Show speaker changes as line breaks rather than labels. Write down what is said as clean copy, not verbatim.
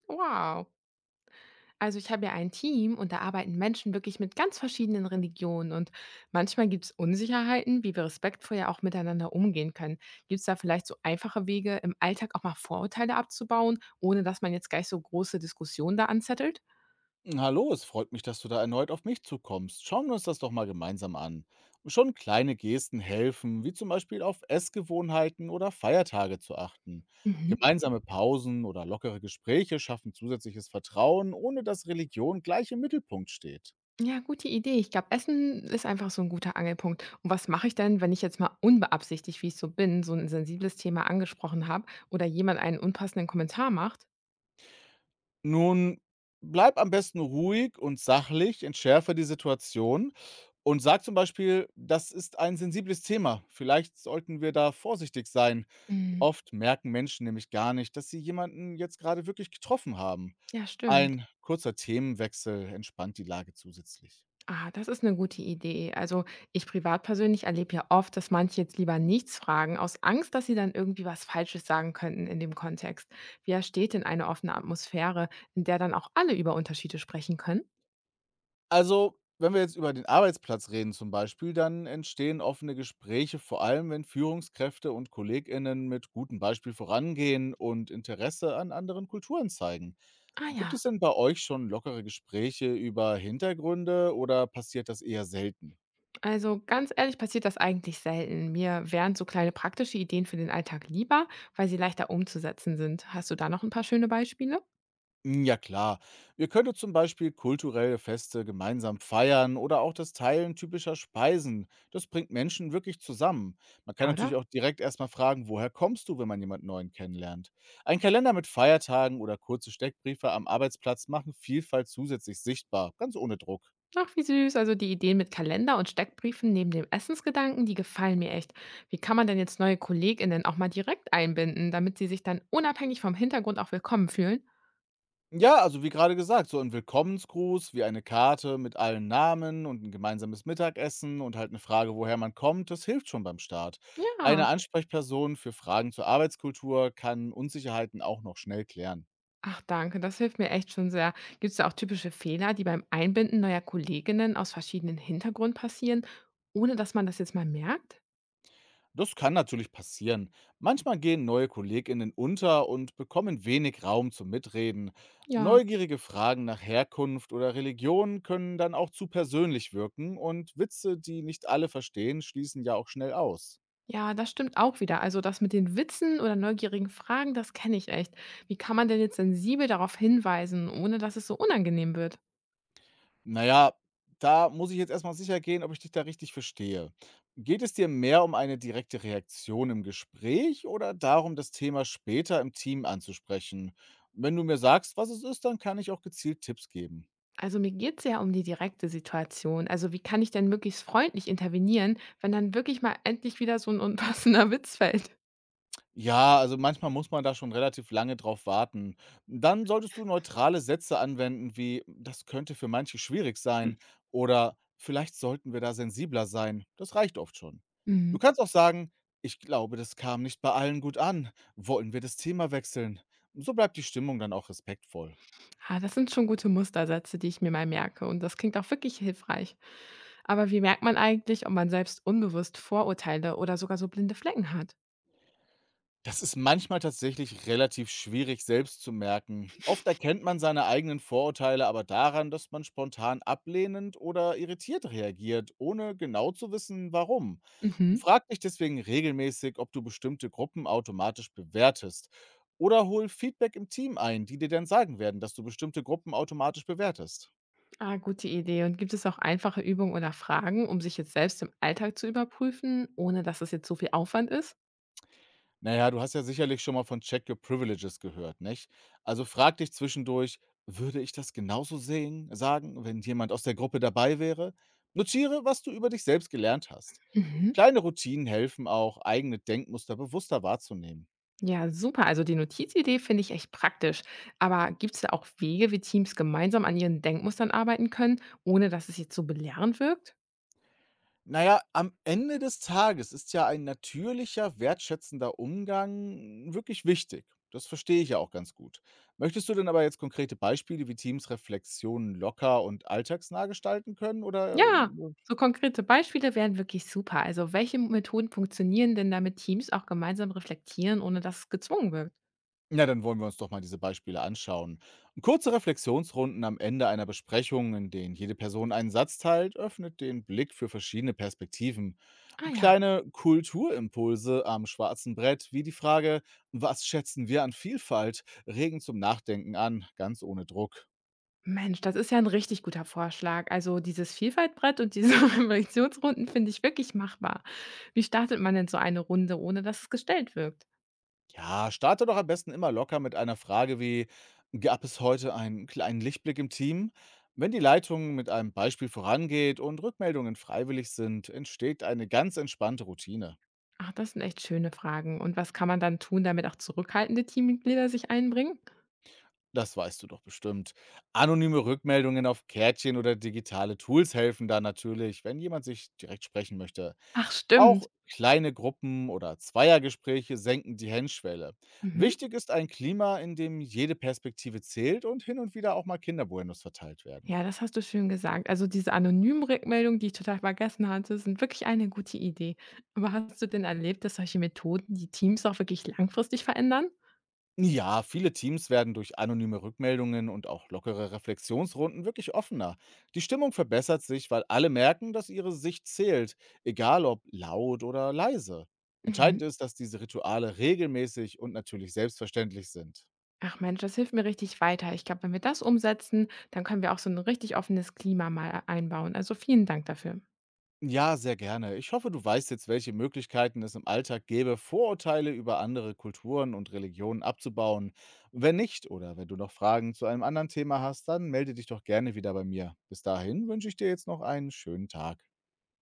Wow. Also ich habe ja ein Team und da arbeiten Menschen wirklich mit ganz verschiedenen Religionen und manchmal gibt es Unsicherheiten, wie wir respektvoll ja auch miteinander umgehen können. Gibt es da vielleicht so einfache Wege, im Alltag auch mal Vorurteile abzubauen, ohne dass man jetzt gleich so große Diskussionen da anzettelt?
Hallo, es freut mich, dass du da erneut auf mich zukommst. Schauen wir uns das doch mal gemeinsam an. Schon kleine Gesten helfen, wie zum Beispiel auf Essgewohnheiten oder Feiertage zu achten.
Mhm.
Gemeinsame Pausen oder lockere Gespräche schaffen zusätzliches Vertrauen, ohne dass Religion gleich im Mittelpunkt steht.
Ja, gute Idee. Ich glaube, Essen ist einfach so ein guter Angelpunkt. Und was mache ich denn, wenn ich jetzt mal unbeabsichtigt, wie ich so bin, so ein sensibles Thema angesprochen habe oder jemand einen unpassenden Kommentar macht?
Nun, bleib am besten ruhig und sachlich, entschärfe die Situation und sag zum Beispiel, das ist ein sensibles Thema. Vielleicht sollten wir da vorsichtig sein.
Mhm.
Oft merken Menschen nämlich gar nicht, dass sie jemanden jetzt gerade wirklich getroffen haben.
Ja, stimmt.
Ein kurzer Themenwechsel entspannt die Lage zusätzlich.
Ah, das ist eine gute Idee. Also, ich privat persönlich erlebe ja oft, dass manche jetzt lieber nichts fragen, aus Angst, dass sie dann irgendwie was Falsches sagen könnten in dem Kontext. Wie entsteht denn eine offene Atmosphäre, in der dann auch alle über Unterschiede sprechen können?
Also, wenn wir jetzt über den Arbeitsplatz reden zum Beispiel, dann entstehen offene Gespräche, vor allem wenn Führungskräfte und KollegInnen mit gutem Beispiel vorangehen und Interesse an anderen Kulturen zeigen.
Ah
Gibt
ja,
es denn bei euch schon lockere Gespräche über Hintergründe oder passiert das eher selten?
also ganz ehrlich passiert das eigentlich selten. Mir wären so kleine praktische Ideen für den Alltag lieber, weil sie leichter umzusetzen sind. Hast du da noch ein paar schöne Beispiele?
Hm, ja klar, wir könnten zum Beispiel kulturelle Feste gemeinsam feiern oder auch das Teilen typischer Speisen. Das bringt Menschen wirklich zusammen. Man kann
Ja,
natürlich
oder?
auch direkt erstmal fragen, woher kommst du, wenn man jemand Neuen kennenlernt. Ein Kalender mit Feiertagen oder kurze Steckbriefe am Arbeitsplatz machen Vielfalt zusätzlich sichtbar, ganz ohne Druck.
Ach, wie süß. Also die Ideen mit Kalender und Steckbriefen neben dem Essensgedanken, die gefallen mir echt. Wie kann man denn jetzt neue KollegInnen auch mal direkt einbinden, damit sie sich dann unabhängig vom Hintergrund auch willkommen fühlen?
Ja, also wie gerade gesagt, so ein Willkommensgruß, wie eine Karte mit allen Namen und ein gemeinsames Mittagessen und halt eine Frage, woher man kommt, das hilft schon beim Start. Eine
Ja.
Ansprechperson für Fragen zur Arbeitskultur kann Unsicherheiten auch noch schnell klären.
Ach, danke. Das hilft mir echt schon sehr. Gibt es da auch typische Fehler, die beim Einbinden neuer KollegInnen aus verschiedenen Hintergründen passieren, ohne dass man das jetzt mal merkt?
Das kann natürlich passieren. Manchmal gehen neue KollegInnen unter und bekommen wenig Raum zum Mitreden.
Ja.
Neugierige Fragen nach Herkunft oder Religion können dann auch zu persönlich wirken und Witze, die nicht alle verstehen, schließen ja auch schnell aus.
Ja, das stimmt auch wieder. Also das mit den Witzen oder neugierigen Fragen, das kenne ich echt. Wie kann man denn jetzt sensibel darauf hinweisen, ohne dass es so unangenehm wird?
Na ja, da muss ich jetzt erst mal gehen, ob ich dich da richtig verstehe. Geht es dir mehr um eine direkte Reaktion im Gespräch oder darum, das Thema später im Team anzusprechen? Wenn du mir sagst, was es ist, dann kann ich auch gezielt Tipps geben.
Also mir geht es ja um die direkte Situation. Also wie kann ich denn möglichst freundlich intervenieren, wenn dann wirklich mal endlich wieder so ein unpassender Witz fällt?
Ja, also manchmal muss man da schon relativ lange drauf warten. Dann solltest du neutrale Sätze anwenden, wie das könnte für manche schwierig sein oder vielleicht sollten wir da sensibler sein. Das reicht oft schon. Du
Mhm.
kannst auch sagen, ich glaube, das kam nicht bei allen gut an. Wollen wir das Thema wechseln? So bleibt die Stimmung dann auch respektvoll.
Ah, das sind schon gute Mustersätze, die ich mir mal merke und das klingt auch wirklich hilfreich. Aber wie merkt man eigentlich, ob man selbst unbewusst Vorurteile oder sogar so blinde Flecken hat?
Das ist manchmal tatsächlich relativ schwierig selbst zu merken. Oft erkennt man seine eigenen Vorurteile aber daran, dass man spontan ablehnend oder irritiert reagiert, ohne genau zu wissen, warum.
Mhm.
Frag dich deswegen regelmäßig, ob du bestimmte Gruppen automatisch bewertest. Oder hol Feedback im Team ein, die dir dann sagen werden, dass du bestimmte Gruppen automatisch bewertest.
Ah, gute Idee. Und gibt es auch einfache Übungen oder Fragen, um sich jetzt selbst im Alltag zu überprüfen, ohne dass es jetzt so viel Aufwand ist?
Na ja, du hast ja sicherlich schon mal von „Check Your Privileges“ gehört, nicht? Also, frag dich zwischendurch: „Würde ich das genauso sehen sagen, wenn jemand aus der Gruppe dabei wäre?“ Notiere, was du über dich selbst gelernt hast.
Mhm.
Kleine Routinen helfen auch, eigene Denkmuster bewusster wahrzunehmen.
Ja, super. Also die Notizidee finde ich echt praktisch. Aber gibt es da auch Wege, wie Teams gemeinsam an ihren Denkmustern arbeiten können, ohne dass es jetzt so belehrend wirkt?
Na ja, am Ende des Tages ist ja ein natürlicher, wertschätzender Umgang wirklich wichtig. Das verstehe ich ja auch ganz gut. Möchtest du denn aber jetzt konkrete Beispiele, wie Teams Reflexionen locker und alltagsnah gestalten können oder
Ja,
ähm,
so konkrete Beispiele wären wirklich super. Also welche Methoden funktionieren denn, damit Teams auch gemeinsam reflektieren, ohne dass es gezwungen wirkt?
Na, dann wollen wir uns doch mal diese Beispiele anschauen. Kurze Reflexionsrunden am Ende einer Besprechung, in denen jede Person einen Satz teilt, öffnet den Blick für verschiedene Perspektiven.
Ah ja.
Kleine Kulturimpulse am schwarzen Brett, wie die Frage, was schätzen wir an Vielfalt, regen zum Nachdenken an, ganz ohne Druck.
Mensch, das ist ja ein richtig guter Vorschlag. Also dieses Vielfaltbrett und diese Reflexionsrunden finde ich wirklich machbar. Wie startet man denn so eine Runde, ohne dass es gestellt wirkt?
Ja, starte doch am besten immer locker mit einer Frage wie: Gab es heute einen kleinen Lichtblick im Team? Wenn die Leitung mit einem Beispiel vorangeht und Rückmeldungen freiwillig sind, entsteht eine ganz entspannte Routine.
Ach, das sind echt schöne Fragen. Und was kann man dann tun, damit auch zurückhaltende Teammitglieder sich einbringen?
Das weißt du doch bestimmt. Anonyme Rückmeldungen auf Kärtchen oder digitale Tools helfen da natürlich, wenn jemand sich direkt sprechen möchte.
Ach,
Auch
stimmt.
kleine Gruppen oder Zweiergespräche senken die Hemmschwelle.
Mhm.
Wichtig ist ein Klima, in dem jede Perspektive zählt und hin und wieder auch mal Kinderbuenos verteilt werden.
Ja, das hast du schön gesagt. Also diese anonymen Rückmeldungen, die ich total vergessen hatte, sind wirklich eine gute Idee. Aber hast du denn erlebt, dass solche Methoden die Teams auch wirklich langfristig verändern?
Ja, viele Teams werden durch anonyme Rückmeldungen und auch lockere Reflexionsrunden wirklich offener. Die Stimmung verbessert sich, weil alle merken, dass ihre Sicht zählt, egal ob laut oder leise.
Mhm.
Entscheidend ist, dass diese Rituale regelmäßig und natürlich selbstverständlich sind.
Ach Mensch, das hilft mir richtig weiter. Ich glaube, wenn wir das umsetzen, dann können wir auch so ein richtig offenes Klima mal einbauen. Also vielen Dank dafür.
Ja, sehr gerne. Ich hoffe, du weißt jetzt, welche Möglichkeiten es im Alltag gäbe, Vorurteile über andere Kulturen und Religionen abzubauen. Wenn nicht oder wenn du noch Fragen zu einem anderen Thema hast, dann melde dich doch gerne wieder bei mir. Bis dahin wünsche ich dir jetzt noch einen schönen Tag.